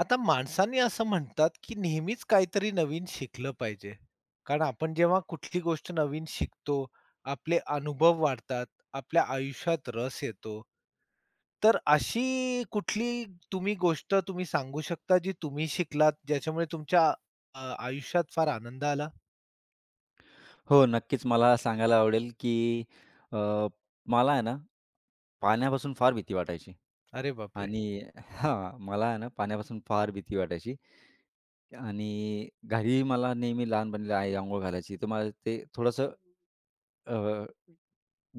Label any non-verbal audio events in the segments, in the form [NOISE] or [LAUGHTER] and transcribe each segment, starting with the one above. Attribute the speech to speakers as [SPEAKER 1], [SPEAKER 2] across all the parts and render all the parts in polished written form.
[SPEAKER 1] आता माणसांनी असं म्हणतात, की नेहमीच काहीतरी नवीन शिकलं पाहिजे. कारण आपण जेव्हा कुठली गोष्ट नवीन शिकतो, आपले अनुभव वाढतात, आपल्या आयुष्यात रस येतो. तर अशी कुठली तुम्ही गोष्ट सांगू शकता, जी तुम्ही शिकलात, ज्याच्यामुळे तुमच्या आयुष्यात फार आनंद आला?
[SPEAKER 2] हो, नक्कीच मला सांगायला आवडेल, की अ, मला आहे ना, पाण्यापासून फार भीती वाटायची
[SPEAKER 1] अरे बापरे!
[SPEAKER 2] आणि हां, मला आहे ना, पाण्यापासून फार भीती वाटायची आणि घरी मला नेहमी लहानपणी आई अंघोळ घालायची, तर मला ते थोडंसं अ,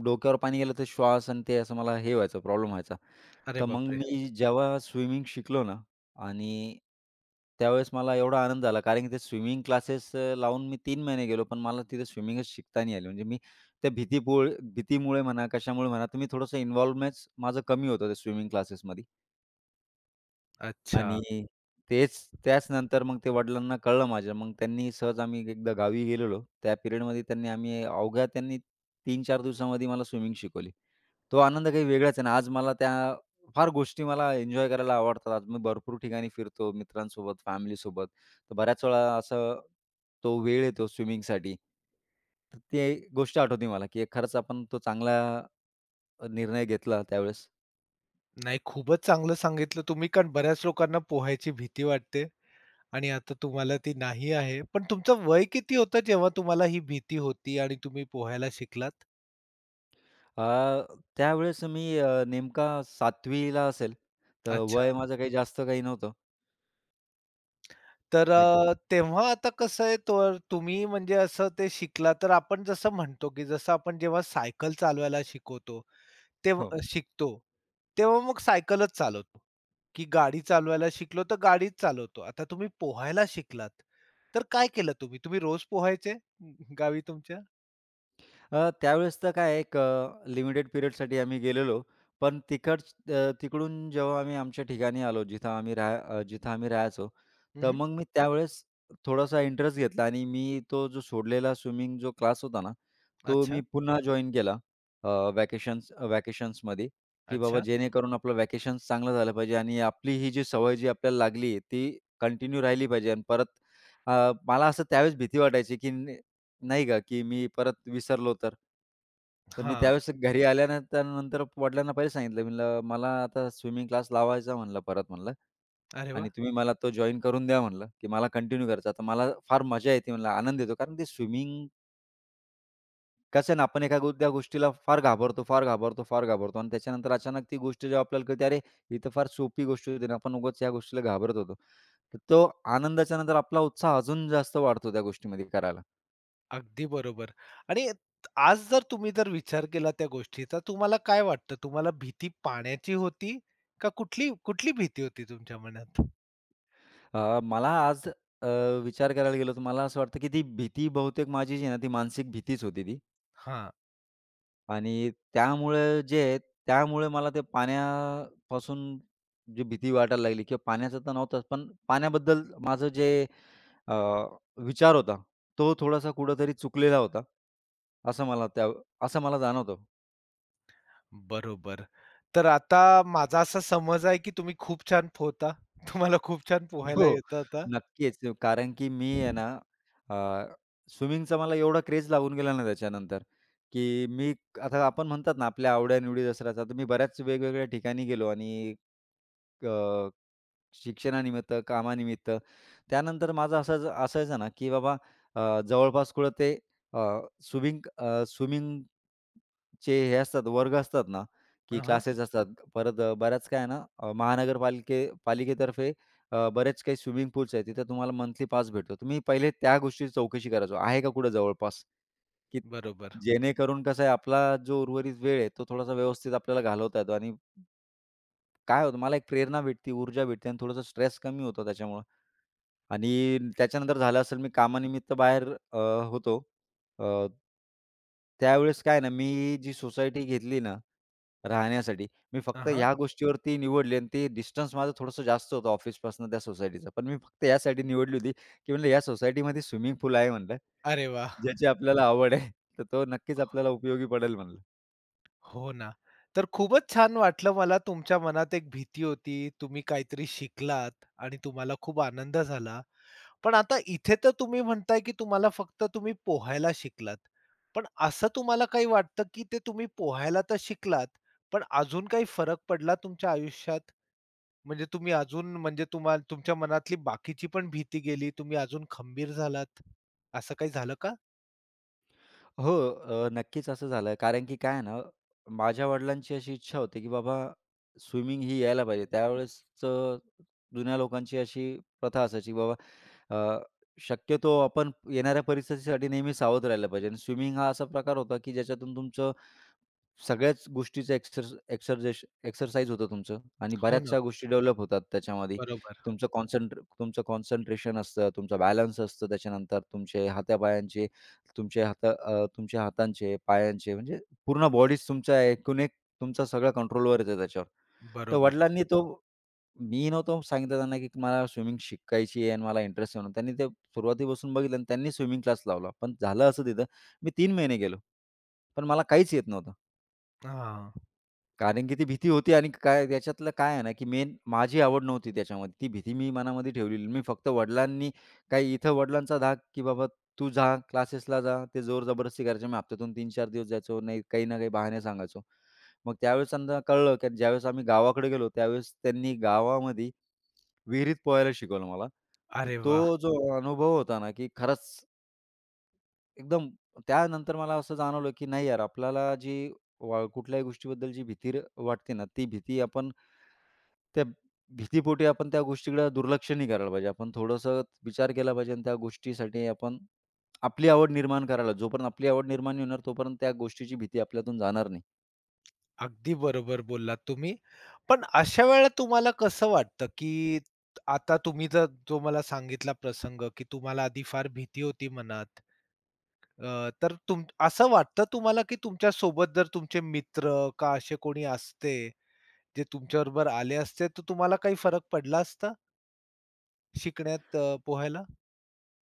[SPEAKER 2] डोक्यावर पाणी गेलं तर श्वास आणि ते असं मला हे व्हायचं, प्रॉब्लेम व्हायचा.
[SPEAKER 1] अरे
[SPEAKER 2] तर मग
[SPEAKER 1] बापरे!
[SPEAKER 2] मी जेव्हा स्विमिंग शिकलो ना आणि त्यावेळेस मला एवढा आनंद झाला, कारण की ते स्विमिंग क्लासेस लावून मी 3 महिने गेलो, पण मला तिथे स्विमिंगच शिकता नाही आली. म्हणजे मी त्या भीतीपुळ भीतीमुळे म्हणा, कशामुळे म्हणा, तर मी थोडंसं इन्व्हॉल्वमेंटच माझं कमी होतं त्या स्विमिंग क्लासेसमध्ये.
[SPEAKER 1] अच्छा.
[SPEAKER 2] आणि तेच त्याच नंतर मग ते वडिलांना कळलं माझ्या. मग त्यांनी सहज, आम्ही एकदा गावी गेलेलो. त्या पिरियडमध्ये त्यांनी आम्ही अवघ्या त्यांनी 3-4 दिवसामध्ये मला स्विमिंग शिकवली. तो आनंद काही वेगळाच आहे ना. आज मला त्या फार गोष्टी मला एन्जॉय करायला आवडतात. आज मी भरपूर ठिकाणी फिरतो मित्रांसोबत, फॅमिलीसोबत. तर बऱ्याच वेळा असं तो वेळ येतो स्विमिंगसाठी. तर ते गोष्ट आठवते मला, की खरंच आपण तो चांगला निर्णय घेतला त्यावेळेस.
[SPEAKER 1] नाही खूपच चांगलं सांगितलं तुम्ही, कारण बऱ्याच लोकांना पोहायची भीती वाटते. आणि आता तुम्हाला ती नाही आहे. पण तुमचं वय किती होतं जेव्हा तुम्हाला ही भीती होती आणि तुम्ही पोहायला शिकलात?
[SPEAKER 2] अ, त्यावेळेस मी नेमका 7वी असेल. तर
[SPEAKER 1] अच्छा.
[SPEAKER 2] वय माझं काही जास्त काही नव्हतं.
[SPEAKER 1] तर
[SPEAKER 2] एक
[SPEAKER 1] तेव्हा आता कसं आहे तर तुम्ही म्हणजे असं ते शिकला तर आपण जसं म्हणतो, की जसं आपण जेव्हा सायकल चालवायला शिकवतो
[SPEAKER 2] हो.
[SPEAKER 1] तेव्हा शिकतो, तेव्हा मग सायकलच चालवतो, की गाडी चालवायला शिकलो तर गाडीच चालवतो. आता तुम्ही पोहायला शिकलात, तर काय केलं तुम्ही? तुम्ही रोज पोहायचे गावी तुमच्या?
[SPEAKER 2] त्यावेळेस तर काय लिमिटेड पिरियडसाठी आम्ही गेलेलो. पण तिकड तिकडून जेव्हा आम्ही आमच्या ठिकाणी आलो, जिथं आम्ही राहायचो, तर
[SPEAKER 1] हं,
[SPEAKER 2] मग मी त्यावेळेस थोडासा इंटरेस्ट घेतला आणि मी तो जो सोडलेला स्विमिंग जो क्लास होता ना, तो
[SPEAKER 1] अच्छा,
[SPEAKER 2] मी पुन्हा जॉइन केला. व्हॅकेशन्स, की बाबा
[SPEAKER 1] अच्छा.
[SPEAKER 2] जेणेकरून आपलं व्हॅकेशन्स चांगलं झालं पाहिजे आणि आपली ही जी सवय जी आपल्याला लागली, ती कंटिन्यू राहिली पाहिजे. आणि परत मला असं त्यावेळेस भीती वाटायची, की नाही का, की मी परत विसरलो तर? तर मी
[SPEAKER 1] हां.
[SPEAKER 2] त्यावेळेस घरी आल्यानंतर नंतर वडिलांना पहिले सांगितलं. म्हणलं, "मला आता स्विमिंग क्लास लावायचा म्हणलं, परत म्हणलं
[SPEAKER 1] अरे वाह!
[SPEAKER 2] आणि तुम्ही मला तो जॉइन करून द्या म्हणलं, की मला कंटिन्यू करायचा." तर मला फार मजा येते म्हणलं, आनंद येतो. कारण ते स्विमिंग कसं आहे ना, आपण एखाद्या गोष्टीला फार घाबरतो, फार घाबरतो, फार घाबरतो आणि त्याच्यानंतर अचानक ती गोष्ट जेव्हा आपल्याला कळते, "अरे, ही तर फार सोपी गोष्ट होती ना, आपण उगाच या गोष्टीला घाबरत होतो." तर तो आनंदाच्या नंतर आपला उत्साह अजून जास्त वाढतो त्या गोष्टीमध्ये करायला.
[SPEAKER 1] अगदी बरोबर. आणि आज जर तुम्ही जर विचार केला त्या गोष्टीचा, तुम्हाला काय वाटतं? तुम्हाला भीती पाण्याची होती का कुठली कुठली भीती होती तुमच्या मनात?
[SPEAKER 2] मला आज विचार करायला गेलो तर मला असं वाटतं, की ती भीती बहुतेक माझी जी आहे ना, ती मानसिक भीतीच होती ती.
[SPEAKER 1] हां,
[SPEAKER 2] आणि त्यामुळे जे आहे, त्यामुळे मला ते पाण्यापासून जी भीती वाटायला लागली, किंवा पाण्याचा तर नव्हताच, पण पाण्याबद्दल माझं जे अ, विचार होता, तो थोडासा कुठेतरी चुकलेला होता. असं मला त्या असं मला जाणवतं.
[SPEAKER 1] बरोबर. तर आता माझा असा समज आहे की तुम्ही खूप छान पोहता. तुम्हाला खूप छान पोहायला
[SPEAKER 2] हो,
[SPEAKER 1] येतं आता.
[SPEAKER 2] [LAUGHS] नक्कीच. कारण की मी आहे ना, अ, स्विमिंगचा मला एवढा क्रेझ लागून गेला ना त्याच्यानंतर, की आता आपण म्हणतात ना आपल्या आवड्या-निवडी दसऱ्याचा, तर मी बऱ्याच वेगवेगळ्या ठिकाणी गेलो आणि शिक्षणानिमित्त, कामानिमित्त. त्यानंतर माझं असं असायचं ना, की बाबा जवळपास कुठं ते अ, स्विमिंग हे असतात, वर्ग असतात ना, की
[SPEAKER 1] हां,
[SPEAKER 2] क्लासेस असतात. परत बऱ्याच काय आहे ना, पालिकेतर्फे बरेच काही स्विमिंग पूल्स आहेत. तिथे तुम्हाला मंथली पास भेटतो. तर पहिले त्या गोष्टीची चौकशी करायचो. आहे का कुठं जवळपास? की
[SPEAKER 1] बरोबर.
[SPEAKER 2] जेणेकरून कसं आहे, आपला जो उर्वरित वेळ आहे, तो थोडासा व्यवस्थित आपल्याला घालवता येतो आणि काय होतं, मला एक प्रेरणा भेटते, ऊर्जा भेटते आणि थोडंसं स्ट्रेस कमी होतो त्याच्यामुळं. आणि त्याच्यानंतर झालं असेल, मी कामानिमित्त बाहेर होतो. अ, त्यावेळेस काय ना, मी जी सोसायटी घेतली ना राहण्यासाठी, मी फक्त
[SPEAKER 1] हां,
[SPEAKER 2] ह्या गोष्टीवरती निवडली आणि ते डिस्टन्स माझं थोडंसं जास्त होतं ऑफिसपासून त्या सोसायटीचं. पण मी फक्त यासाठी निवडली होती, की म्हणलं या सोसायटीमध्ये स्विमिंग पूल आहे म्हणलं,
[SPEAKER 1] अरे वाह!
[SPEAKER 2] ज्याची आपल्याला आवड आहे, तर तो नक्कीच आपल्याला उपयोगी पडेल म्हणलं.
[SPEAKER 1] हो ना. तर खूपच छान वाटलं मला तुमच्या मनात एक भीती होती. तुम्ही काहीतरी शिकलात आणि तुम्हाला खूप आनंद झाला. पण आता इथे तर तुम्ही म्हणताय, की तुम्हाला फक्त तुम्ही पोहायला शिकलात. पण असं तुम्हाला काही वाटतं, की ते तुम्ही पोहायला तर शिकलात, पण अजून काही फरक पडला तुमच्या आयुष्यात? म्हणजे तुम्ही अजून म्हणजे तुमच्या मनातली बाकीची पण भीती गेली, तुम्ही अजून खंबीर झालात, असं काही झालं का?
[SPEAKER 2] हो, नक्कीच असं झालं. कारण की काय आहे ना, माझ्या वडिलांची अशी इच्छा होती, की बाबा स्विमिंग ही यायला पाहिजे. त्यावेळेसचं जुन्या लोकांची अशी प्रथा असायची, की बाबा अ, शक्यतो आपण येणाऱ्या परिस्थितीसाठी नेहमी सावध राहिलं पाहिजे आणि स्विमिंग हा असा प्रकार होता, की ज्याच्यातून तुमचं सगळ्याच गोष्टीचं एक्सरसाइज होतं तुमचं आणि
[SPEAKER 1] हो ना.
[SPEAKER 2] बऱ्याचशा गोष्टी डेव्हलप होतात त्याच्यामध्ये.
[SPEAKER 1] बरोबर,
[SPEAKER 2] तुमचं कॉन्सन्ट्रेशन असतं, तुमचा बॅलन्स असतं, त्याच्यानंतर तुमचे हातापायांचे, तुमचे हाता अ, तुमच्या हातांचे, पायांचे, म्हणजे पूर्ण बॉडीच तुमच्या एकूण एक तुमचा सगळा कंट्रोलवर येतं त्याच्यावर. तर
[SPEAKER 1] बरोबर.
[SPEAKER 2] वडिलांनी तो, मी नव्हतो सांगितलं त्यांना, की मला स्विमिंग शिकायची आहे आणि मला इंटरेस्ट आहे म्हणून. त्यांनी ते सुरुवातीपासून बघितलं आणि त्यांनी स्विमिंग क्लास लावला. पण झालं असं तिथं, मी 3 महिने गेलो. पण मला काहीच येत नव्हतं.
[SPEAKER 1] हां.
[SPEAKER 2] कारण की ती भीती होती आणि काय त्याच्यातलं काय आहे ना, की मेन माझी आवड नव्हती त्याच्यामध्ये. ती भीती मी मनामध्ये ठेवलेली. मी फक्त वडिलांनी, काही इथं वडिलांचा धाक, की "बाबा तू जा, क्लासेसला जा." ते जोर जबरदस्ती करायचे. मी हप्त्यातून 3-4 दिवस जायचो. नाही, काही ना काही बहाणे सांगायचो. मग त्यावेळेस त्यांना कळलं, की ज्यावेळेस आम्ही गावाकडे गेलो, त्यावेळेस त्यांनी गावामध्ये विहिरीत पोहायला शिकवलं मला. तर
[SPEAKER 1] अरे वाह!
[SPEAKER 2] तो जो अनुभव होता ना, की खरंच एकदम त्यानंतर मला असं जाणवलं, की नाही यार, आपल्याला जी कुठल्याही गोष्टीबद्दल जी भीती र वाटते ना, ती भीती आपण त्या भीतीपोटी आपण त्या गोष्टीकडे दुर्लक्ष नाही करायला पाहिजे. आपण थोडंसं विचार केला पाहिजे आणि त्या गोष्टीसाठी आपण आपली आवड निर्माण करायला, जोपर्यंत आपली आवड निर्माण नाही होणार, तोपर्यंत त्या गोष्टीची भीती आपल्यातून जाणार नाही.
[SPEAKER 1] अगदी बरोबर बोललात तुम्ही. पण अशा वेळेला तुम्हाला कसं वाटतं, की तुम्ही जर जो मला सांगितला प्रसंग, की तुम्हाला आधी फार भीती होती मनात. तर असं वाटतं तुम्हाला, की तुमच्या सोबत जर तुमचे मित्र का असे कोणी असते, जे तुमच्याबरोबर आले असते, तर तुम्हाला काही फरक पडला असता शिकण्यात पोहायला?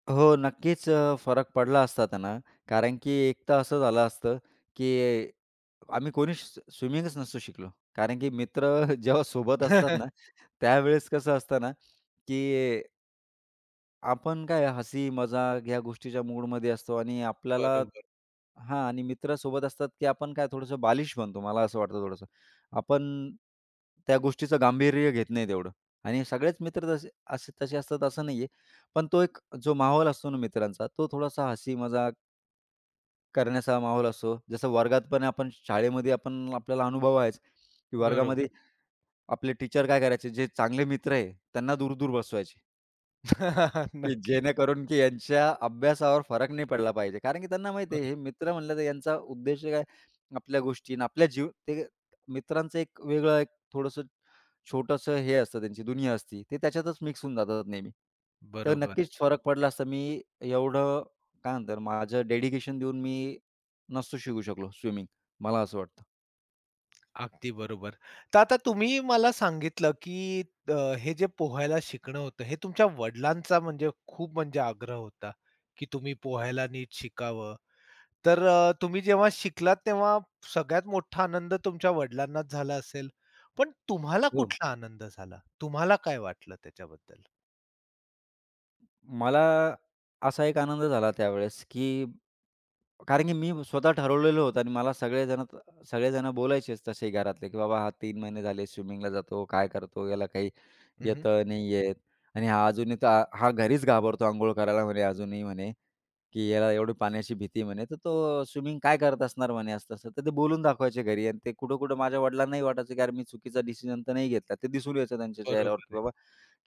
[SPEAKER 2] हो, नक्कीच फरक पडला असता त्यांना. कारण की एक तर असं झालं असतं, की आम्ही कोणी स्विमिंगच नसतो शिकलो. कारण की मित्र [LAUGHS] जेव्हा सोबत असतात
[SPEAKER 1] [LAUGHS]
[SPEAKER 2] ना, त्यावेळेस कसं असतं ना, की आपण काय हसी, मजाक ह्या गोष्टीच्या मूडमध्ये असतो आणि आपल्याला,
[SPEAKER 1] बरोबर,
[SPEAKER 2] हां, आणि मित्र सोबत असतात, की आपण काय थोडंसं बालिश बनतो. मला असं वाटतं थोडंसं. आपण त्या गोष्टीचं गांभीर्य घेत नाही तेवढं, आणि सगळेच मित्र तसे असे तसे असतात असं नाहीये. पण तो एक जो माहोल असतो ना मित्रांचा, तो थोडासा हसी, मजाक करण्याचा माहोल असतो. जसं वर्गात, पण आपण शाळेमध्ये आपण आपल्याला अनुभव आहेच, की वर्गामध्ये
[SPEAKER 1] बरोबर.
[SPEAKER 2] आपले टीचर काय करायचे, जे चांगले मित्र आहे त्यांना दूर-दूर बसवायचे.
[SPEAKER 1] [LAUGHS]
[SPEAKER 2] की
[SPEAKER 1] नक्कीच.
[SPEAKER 2] जेणेकरून की यांच्या अभ्यासावर फरक नाही पडला पाहिजे. कारण की त्यांना माहिती
[SPEAKER 1] हो
[SPEAKER 2] आहे, हे
[SPEAKER 1] ना.
[SPEAKER 2] मित्र म्हणलं तर यांचा उद्देश काय, आपल्या गोष्टी आणि आपल्या जीव, ते मित्रांचं एक वेगळं एक थोडंसं छोटंसं हे असतं, त्यांची दुनिया असती. ते त्याच्यातच मिक्स होऊन जातात नेहमी. तर
[SPEAKER 1] बरोबर.
[SPEAKER 2] नक्कीच फरक पडला असता. मी एवढं, काय म्हणतात, माझं डेडिकेशन देऊन मी नसतो शिकू शकलो स्विमिंग, मला असं वाटतं.
[SPEAKER 1] अगदी बरोबर. तर आता तुम्ही मला सांगितलं, की हे जे पोहायला शिकणं होतं, हे तुमच्या वडिलांचा म्हणजे खूप म्हणजे आग्रह होता, की तुम्ही पोहायला नीट शिकावं. तर तुम्ही जेव्हा शिकलात, तेव्हा सगळ्यात मोठा आनंद तुमच्या वडिलांनाच झाला असेल. पण तुम्हाला
[SPEAKER 2] हो.
[SPEAKER 1] कुठला आनंद झाला? तुम्हाला काय वाटलं त्याच्याबद्दल?
[SPEAKER 2] मला असा एक आनंद झाला त्यावेळेस, की कारण की मी स्वतः ठरवलेलं होतं आणि मला सगळेजण, बोलायचेच तसे घरातले, की "बाबा हा 3 महिने झाले स्विमिंगला जातो, काय करतो, याला काही
[SPEAKER 1] हं,
[SPEAKER 2] येतं नाही येत आणि हा अजूनही तर हा घरीच घाबरतो अंघोळ करायला" म्हणे, "अजूनही" म्हणे, "की याला एवढी पाण्याची भीती" म्हणे, "तर तो स्विमिंग काय करत असणार" म्हणे, असं-तसं. तर ते बोलून दाखवायचे घरी आणि ते कुठं-कुठं माझ्या वडिलांनाही वाटायचं, की "अरे मी चुकीचा डिसिजन तर नाही घेतला." ते दिसून यायचं त्यांच्या चेहऱ्यावर, की
[SPEAKER 1] बरोबर.
[SPEAKER 2] बाबा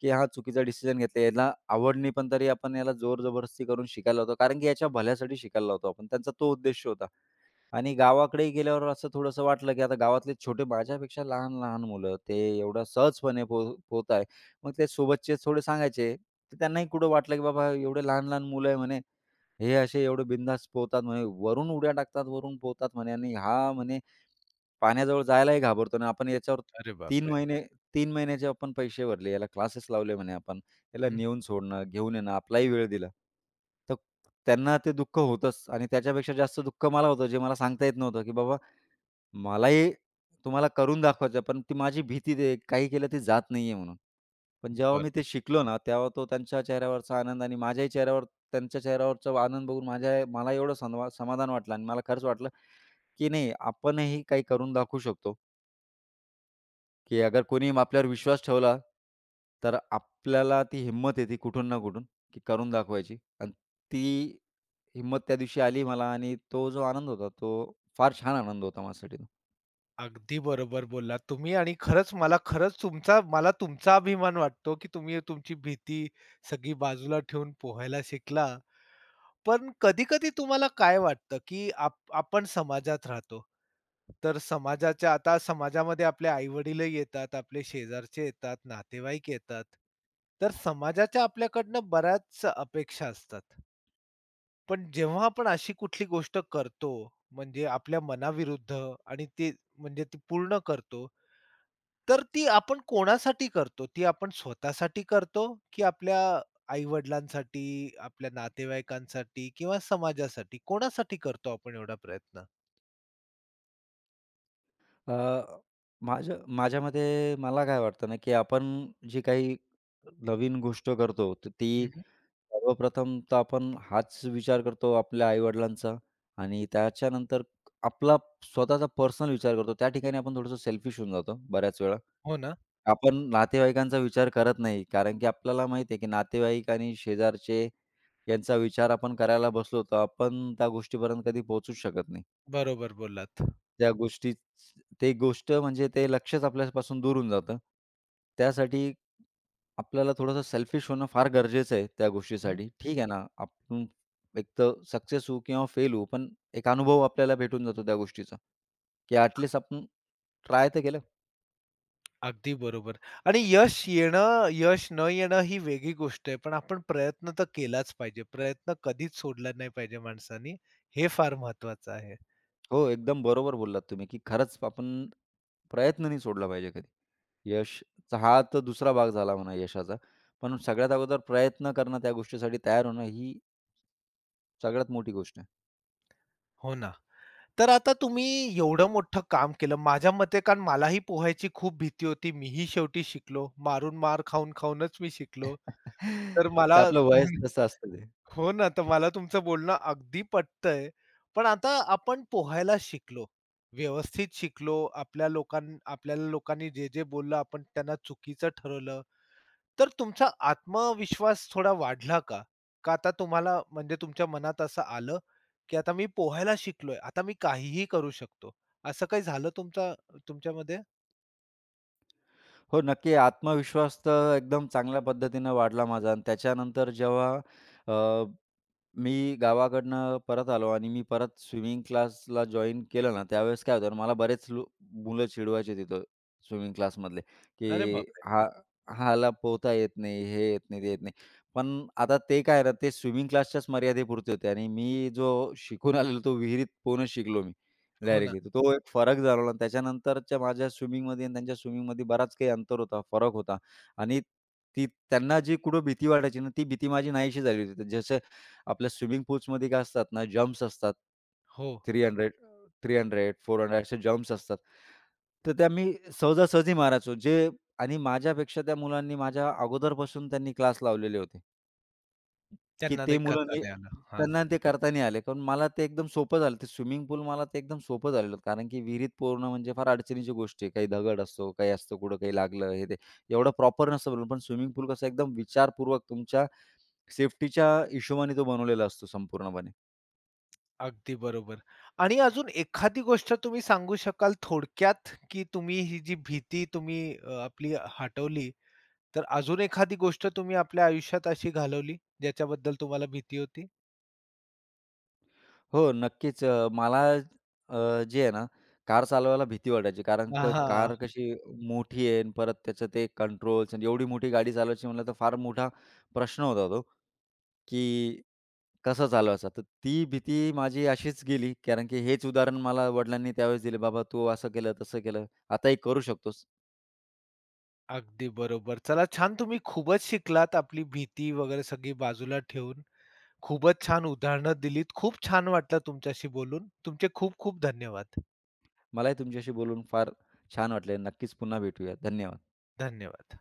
[SPEAKER 2] की हा चुकीचा डिसिजन घेतला. याला आवड नाही, पण तरी आपण याला जोर-जबरदस्ती करून शिकायला लावतो. कारण की याच्या भल्यासाठी शिकायला लावतो आपण. त्यांचा तो उद्देश होता. आणि गावाकडे गेल्यावर असं थोडंसं वाटलं, की आता गावातले छोटे माझ्यापेक्षा लहान-लहान मुलं ते एवढं सहजपणे पोहत आहे. मग ते सोबतचे थोडे सांगायचे. तर त्यांनाही कुठं वाटलं, की बाबा एवढे लहान-लहान मुलं आहे म्हणे, हे असे एवढे बिनधास्त पोहतात म्हणे, वरून उड्या टाकतात, वरून पोहतात म्हणे आणि हा म्हणे पाण्याजवळ जायलाही घाबरतो ना, आपण याच्यावर
[SPEAKER 1] अरे
[SPEAKER 2] तीन
[SPEAKER 1] बापरे!
[SPEAKER 2] बरोबर. महिने 3 महिन्याचे आपण पैसे भरले, याला क्लासेस लावले म्हणे आपण, याला
[SPEAKER 1] हं,
[SPEAKER 2] नेऊन सोडणं, घेऊन येणं, आपलाही वेळ दिला. तर त्यांना ते दुःख होतंच आणि त्याच्यापेक्षा जास्त दुःख मला होतं, जे मला सांगता येत नव्हतं, की बाबा मलाही तुम्हाला करून दाखवायचं, पण ती माझी भीती ते काही केलं ती जात नाहीये म्हणून. पण जेव्हा मी ते शिकलो ना, तेव्हा तो त्यांच्या चेहऱ्यावरचा आनंद आणि माझ्याही चेहऱ्यावर त्यांच्या चेहऱ्यावरचा आनंद बघून माझ्या मला एवढं समाधान वाटलं आणि मला खरंच वाटलं, की नाही आपणही काही करून दाखवू शकतो. की अगर कोणी आपल्यावर विश्वास ठेवला, तर आपल्याला ती हिंमत येते कुठून ना कुठून, की करून दाखवायची आणि ती हिंमत त्या दिवशी आली मला आणि तो जो आनंद होता, तो फार छान आनंद होता माझ्यासाठी तो.
[SPEAKER 1] अगदी बरोबर बोललात तुम्ही आणि खरंच मला खरंच तुमचा अभिमान वाटतो, की तुम्ही तुमची भीती सगळी बाजूला ठेवून पोहायला शिकला. पण कधी-कधी तुम्हाला काय वाटतं, की आपण समाजात राहतो. तर समाजाच्या आता समाजामध्ये आपले आई-वडीलही येतात, आपले शेजारचे येतात, नातेवाईक येतात. तर समाजाच्या आपल्याकडनं बऱ्याच अपेक्षा असतात. पण जेव्हा आपण अशी कुठली गोष्ट करतो, म्हणजे आपल्या मनाविरुद्ध आणि ते म्हणजे ती पूर्ण करतो, तर ती आपण कोणासाठी करतो? ती आपण स्वतःसाठी करतो, की आपल्या आई-वडिलांसाठी, आपल्या नातेवाईकांसाठी किंवा समाजासाठी कोणासाठी करतो आपण एवढा प्रयत्न?
[SPEAKER 2] अ, माझ्या माझ्या मला काय वाटतं ना, की आपण जी काही नवीन गोष्ट करतो, तर ती
[SPEAKER 1] हं,
[SPEAKER 2] सर्वप्रथम तर आपण हाच विचार करतो आपल्या आई आणि त्याच्यानंतर आपला स्वतःचा पर्सनल विचार करतो. त्या ठिकाणी आपण थोडंसं सेल्फिश होऊन जातो बऱ्याच वेळा.
[SPEAKER 1] हो ना,
[SPEAKER 2] आपण नातेवाईकांचा विचार करत नाही. कारण की आपल्याला माहिती आहे, की नातेवाईक आणि शेजारचे यांचा विचार आपण करायला बसलो, तर आपण त्या गोष्टीपर्यंत कधी पोहोचूच शकत नाही.
[SPEAKER 1] बरोबर बोललात.
[SPEAKER 2] त्या गोष्टी ते गोष्ट म्हणजे ते लक्षच आपल्यापासून दूर होऊन जातं. त्यासाठी आपल्याला थोडंसं सेल्फिश होणं फार गरजेचं आहे त्या
[SPEAKER 1] हं.
[SPEAKER 2] गोष्टीसाठी. ठीक आहे ना, आपण एक तर सक्सेस होऊ किंवा फेल होऊ, पण एक अनुभव आपल्याला भेटून जातो त्या गोष्टीचा, की ॲट आपण ट्राय तर केलं.
[SPEAKER 1] अगदी बरोबर आणि यश येणं, यश न येणं ही वेगळी गोष्ट आहे. पण आपण प्रयत्न तर केलाच पाहिजे. प्रयत्न कधीच सोडला नाही पाहिजे माणसानी. हे फार महत्वाचं आहे.
[SPEAKER 2] हो, एकदम बरोबर बोललात तुम्ही, की खरंच आपण प्रयत्न नाही सोडला पाहिजे कधी. यशचा हा तर दुसरा भाग झाला म्हणा यशाचा. पण सगळ्यात अगोदर प्रयत्न करणं, त्या गोष्टीसाठी तयार होणं ही सगळ्यात मोठी गोष्ट आहे.
[SPEAKER 1] हो ना. तर आता तुम्ही एवढं मोठं काम केलं. माझ्या मते कारण मलाही पोहायची खूप भीती होती. मीही शेवटी शिकलो. मारून मार खाऊनच मी शिकलो.
[SPEAKER 2] [LAUGHS]
[SPEAKER 1] तर मला
[SPEAKER 2] तर आपलं वयच
[SPEAKER 1] [LAUGHS]
[SPEAKER 2] तसं असतं ते.
[SPEAKER 1] हो ना, तर मला तुमचं बोलणं अगदी पटतंय. पण आता आपण पोहायला शिकलो. व्यवस्थित शिकलो. आपल्याला लोकांनी जे-जे बोललं आपण त्यांना चुकीचं ठरवलं. तर तुमचा आत्मविश्वास थोडा वाढला का? का आता तुम्हाला म्हणजे तुमच्या मनात असं आलं, की आता मी पोहायला शिकलोय, आता मी काहीही करू शकतो. असं काही झालं तुमच्यामध्ये?
[SPEAKER 2] हो, नक्की आत्मविश्वास तर एकदम चांगल्या पद्धतीनं वाढला माझा आणि त्याच्यानंतर जेव्हा मी गावाकडनं परत आलो आणि मी परत स्विमिंग क्लासला जॉइन केलं ना, त्यावेळेस काय होतं ना, मला बरेच मुलं चिडवायचे तिथं स्विमिंग क्लासमधले,
[SPEAKER 1] अरे
[SPEAKER 2] की
[SPEAKER 1] बापरे!
[SPEAKER 2] हा ह्याला पोहता येत नाही, हे येत नाही, ते येत नाही. पण आता ते काय ना, ते स्विमिंग क्लासच्याच मर्यादेपुरते होते आणि मी जो शिकून आलेलो तो विहिरीत पोहणं शिकलो मी
[SPEAKER 1] हो ना.
[SPEAKER 2] डायरेक्टली. तर तो एक फरक जाणवला आणि त्याच्यानंतरच्या माझ्या स्विमिंगमध्ये आणि त्यांच्या स्विमिंगमध्ये बराच काही अंतर होता, फरक होता. आणि ती त्यांना जी कुठं भीती वाटायची ना, ती भीती माझी नाहीशी झाली होती. जसं आपल्या स्विमिंग पूल्समध्ये काय असतात ना, जंप्स असतात.
[SPEAKER 1] हो.
[SPEAKER 2] 300, 400 असे जंप्स असतात. तर त्या मी सहजासहजी मारायचो. जे आणि माझ्यापेक्षा त्या मुलांनी माझ्या अगोदरपासून त्यांनी क्लास लावलेले होते, की
[SPEAKER 1] त्यांना ते
[SPEAKER 2] ते मुलं
[SPEAKER 1] करता
[SPEAKER 2] नाही
[SPEAKER 1] नाही आलं. हां,
[SPEAKER 2] त्यांना ते करता नाही आले. कारण मला ते एकदम सोपं झालं. ते स्विमिंग पूल मला ते एकदम सोपं झालेलं होतं. कारण की विहिरीत पोहणं म्हणजे फार अडचणीची गोष्ट आहे. काही दगड असतो, काही असतं, कुठं काही लागलं हे ते. एवढं प्रॉपर नसतं बनवलं. पण स्विमिंग पूल कसं एकदम विचारपूर्वक तुमच्या सेफ्टीच्या हिशोबाने तो बनवलेला असतो संपूर्णपणे.
[SPEAKER 1] अगदी बरोबर. आणि अजून एखादी गोष्ट तुम्ही सांगू शकाल थोडक्यात, की तुम्ही ही जी भीती तुम्ही आपली हटवली, तर अजून एखादी गोष्ट तुम्ही आपल्या आयुष्यात अशी घालवली, ज्याच्याबद्दल तुम्हाला भीती होती?
[SPEAKER 2] हो, नक्कीच. मला जे आहे ना, कार चालवायला भीती वाटायची. कारण
[SPEAKER 1] हां.
[SPEAKER 2] कार कशी मोठी आहे आणि परत त्याचं ते कंट्रोल्स आणि एवढी मोठी गाडी चालवायची म्हणलं तर फार मोठा प्रश्न होता तो, की कसं चालवायचा? तर ती भीती माझी अशीच गेली. कारण की हेच उदाहरण मला वडिलांनी त्यावेळेस दिले, "बाबा तू असं केलं, तसं केलं. आताही करू शकतोस."
[SPEAKER 1] अगदी बरोबर. चला छान तुम्ही खूपच शिकलात आपली भीती वगैरे सगळी बाजूला ठेवून. खूपच छान उदाहरणं दिलीत. खूप छान वाटलं तुमच्याशी बोलून. तुमचे खूप खूप धन्यवाद.
[SPEAKER 2] मलाही तुमच्याशी बोलून फार छान वाटले. नक्कीच पुन्हा भेटूया. धन्यवाद.
[SPEAKER 1] धन्यवाद.